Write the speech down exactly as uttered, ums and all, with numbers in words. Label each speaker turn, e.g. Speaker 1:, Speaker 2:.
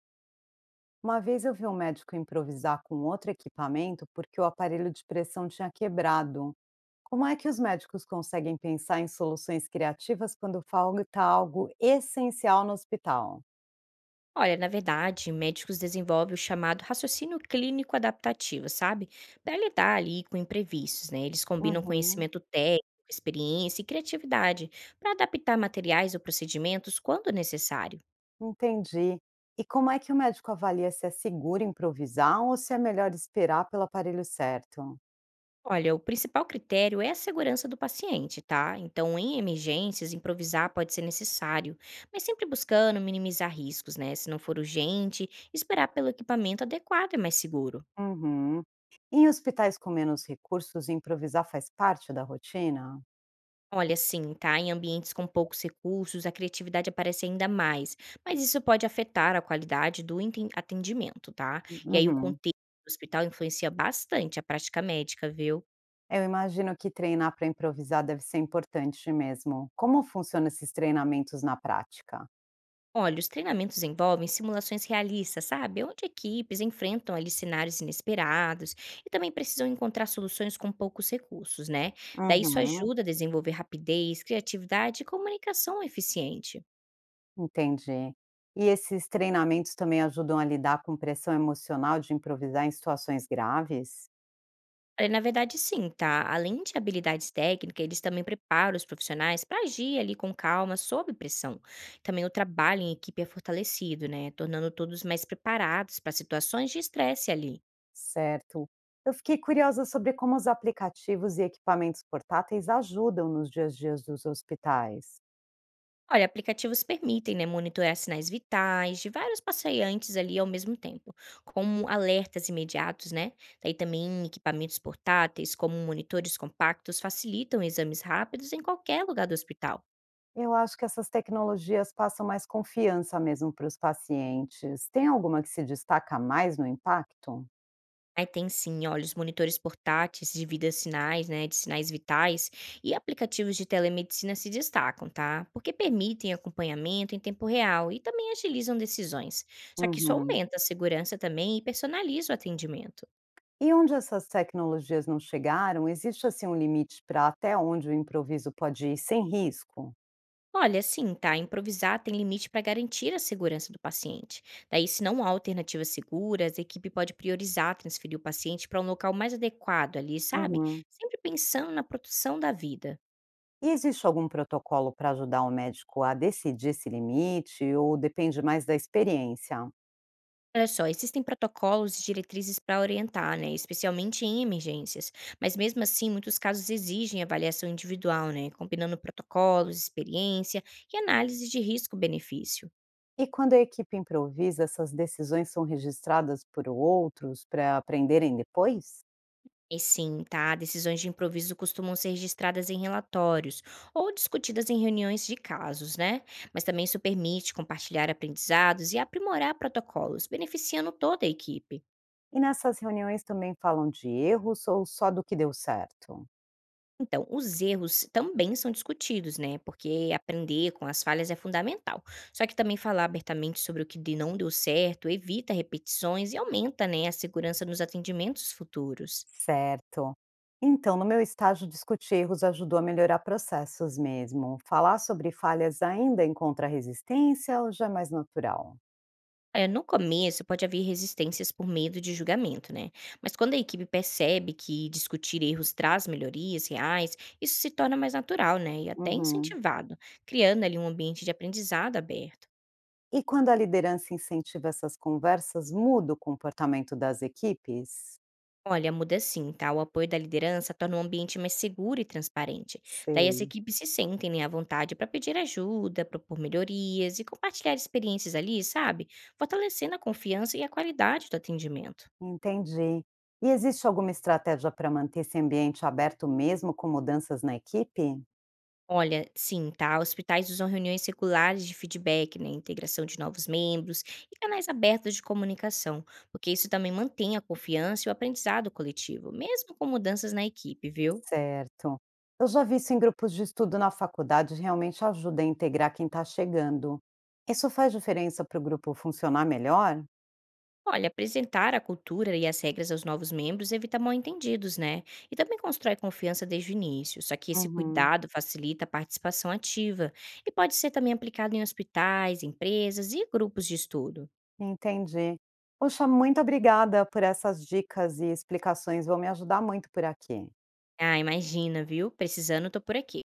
Speaker 1: Uma vez eu vi um médico improvisar com outro equipamento porque o aparelho de pressão tinha quebrado. Como é que os médicos conseguem pensar em soluções criativas quando falta algo essencial no hospital?
Speaker 2: Olha, na verdade, médicos desenvolvem o chamado raciocínio clínico adaptativo, sabe? Para lidar ali com imprevistos, né? Eles combinam
Speaker 1: Uhum,
Speaker 2: conhecimento técnico, experiência e criatividade para adaptar materiais ou procedimentos quando necessário.
Speaker 1: entendi. E como é que o médico avalia se é seguro improvisar ou se é melhor esperar pelo aparelho certo?
Speaker 2: Olha, o principal critério é a segurança do paciente, tá? Então, em emergências, improvisar pode ser necessário, mas sempre buscando minimizar riscos, né? Se não for urgente, esperar pelo equipamento adequado é mais seguro.
Speaker 1: Uhum. Em hospitais com menos recursos, improvisar faz parte da rotina?
Speaker 2: Olha, sim, tá? Em ambientes com poucos recursos, a criatividade aparece ainda mais, mas isso pode afetar a qualidade do enten- atendimento, tá? E aí o
Speaker 1: Uhum.
Speaker 2: contexto do hospital influencia bastante a prática médica, viu?
Speaker 1: Eu imagino que treinar para improvisar deve ser importante mesmo. Como funcionam esses treinamentos na prática?
Speaker 2: Olha, os treinamentos envolvem simulações realistas, sabe? Onde equipes enfrentam ali cenários inesperados e também precisam encontrar soluções com poucos recursos, né? Daí isso
Speaker 1: Uhum.
Speaker 2: ajuda a desenvolver rapidez, criatividade e comunicação eficiente.
Speaker 1: Entendi. E esses treinamentos também ajudam a lidar com pressão emocional de improvisar em situações graves?
Speaker 2: Olha, na verdade, sim, tá? Além de habilidades técnicas, eles também preparam os profissionais para agir ali com calma, sob pressão. Também o trabalho em equipe é fortalecido, né? Tornando todos mais preparados para situações de estresse ali.
Speaker 1: Certo. Eu fiquei curiosa sobre como os aplicativos e equipamentos portáteis ajudam nos dias a dias dos hospitais.
Speaker 2: Olha, aplicativos permitem, né, monitorar sinais vitais de vários passeiantes ali ao mesmo tempo, como alertas imediatos, né? Daí também equipamentos portáteis, como monitores compactos, facilitam exames rápidos em qualquer lugar do hospital.
Speaker 1: Eu acho que essas tecnologias passam mais confiança mesmo para os pacientes. Tem alguma que se destaca mais no impacto?
Speaker 2: Ai, tem sim. Olha, os monitores portáteis de vida sinais, né, de sinais vitais e aplicativos de telemedicina se destacam, tá? Porque permitem acompanhamento em tempo real e também agilizam decisões. Só que isso
Speaker 1: Uhum.
Speaker 2: aumenta a segurança também e personaliza o atendimento.
Speaker 1: E onde essas tecnologias não chegaram, existe assim um limite para até onde o improviso pode ir sem risco?
Speaker 2: Olha, sim, tá? Improvisar tem limite para garantir a segurança do paciente. Daí, se não há alternativas seguras, a equipe pode priorizar transferir o paciente para um local mais adequado ali, sabe?
Speaker 1: Uhum.
Speaker 2: Sempre pensando na proteção da vida.
Speaker 1: E existe algum protocolo para ajudar o médico a decidir esse limite ou depende mais da experiência?
Speaker 2: Olha só, existem protocolos e diretrizes para orientar, né? Especialmente em emergências. Mas mesmo assim, muitos casos exigem avaliação individual, né? Combinando protocolos, experiência e análise de risco-benefício.
Speaker 1: E quando a equipe improvisa, essas decisões são registradas por outros para aprenderem depois?
Speaker 2: E sim, tá? Decisões de improviso costumam ser registradas em relatórios ou discutidas em reuniões de casos, né? Mas também isso permite compartilhar aprendizados e aprimorar protocolos, beneficiando toda a equipe.
Speaker 1: E nessas reuniões também falam de erros ou só do que deu certo?
Speaker 2: Então, os erros também são discutidos, né? Porque aprender com as falhas é fundamental. Só que também falar abertamente sobre o que de- não deu certo evita repetições e aumenta, né, a segurança nos atendimentos futuros.
Speaker 1: Certo. Então, no meu estágio, discutir erros ajudou a melhorar processos mesmo. Falar sobre falhas ainda encontra resistência ou já é mais natural?
Speaker 2: Olha, no começo pode haver resistências por medo de julgamento, né? Mas quando a equipe percebe que discutir erros traz melhorias reais, isso se torna mais natural, né? E até
Speaker 1: Uhum.
Speaker 2: incentivado, criando ali um ambiente de aprendizado aberto.
Speaker 1: E quando a liderança incentiva essas conversas, muda o comportamento das equipes?
Speaker 2: Olha, muda sim, tá? O apoio da liderança torna o ambiente mais seguro e transparente. Daí as
Speaker 1: Sei.
Speaker 2: equipes se sentem, né, à vontade para pedir ajuda, propor melhorias e compartilhar experiências ali, sabe? Fortalecendo a confiança e a qualidade do atendimento.
Speaker 1: Entendi. E existe alguma estratégia para manter esse ambiente aberto mesmo com mudanças na equipe?
Speaker 2: Olha, sim, tá? Hospitais usam reuniões regulares de feedback, né? Integração de novos membros e canais abertos de comunicação, porque isso também mantém a confiança e o aprendizado coletivo, mesmo com mudanças na equipe, viu?
Speaker 1: Certo. Eu já vi isso em grupos de estudo na faculdade, realmente ajuda a integrar quem está chegando. Isso faz diferença para o grupo funcionar melhor?
Speaker 2: Olha, apresentar a cultura e as regras aos novos membros evita mal-entendidos, né? E também constrói confiança desde o início. Só que esse
Speaker 1: Uhum,
Speaker 2: cuidado facilita a participação ativa e pode ser também aplicado em hospitais, empresas e grupos de estudo.
Speaker 1: entendi. Poxa, muito obrigada por essas dicas e explicações, vão me ajudar muito por aqui.
Speaker 2: Ah, imagina, viu? Precisando, tô por aqui.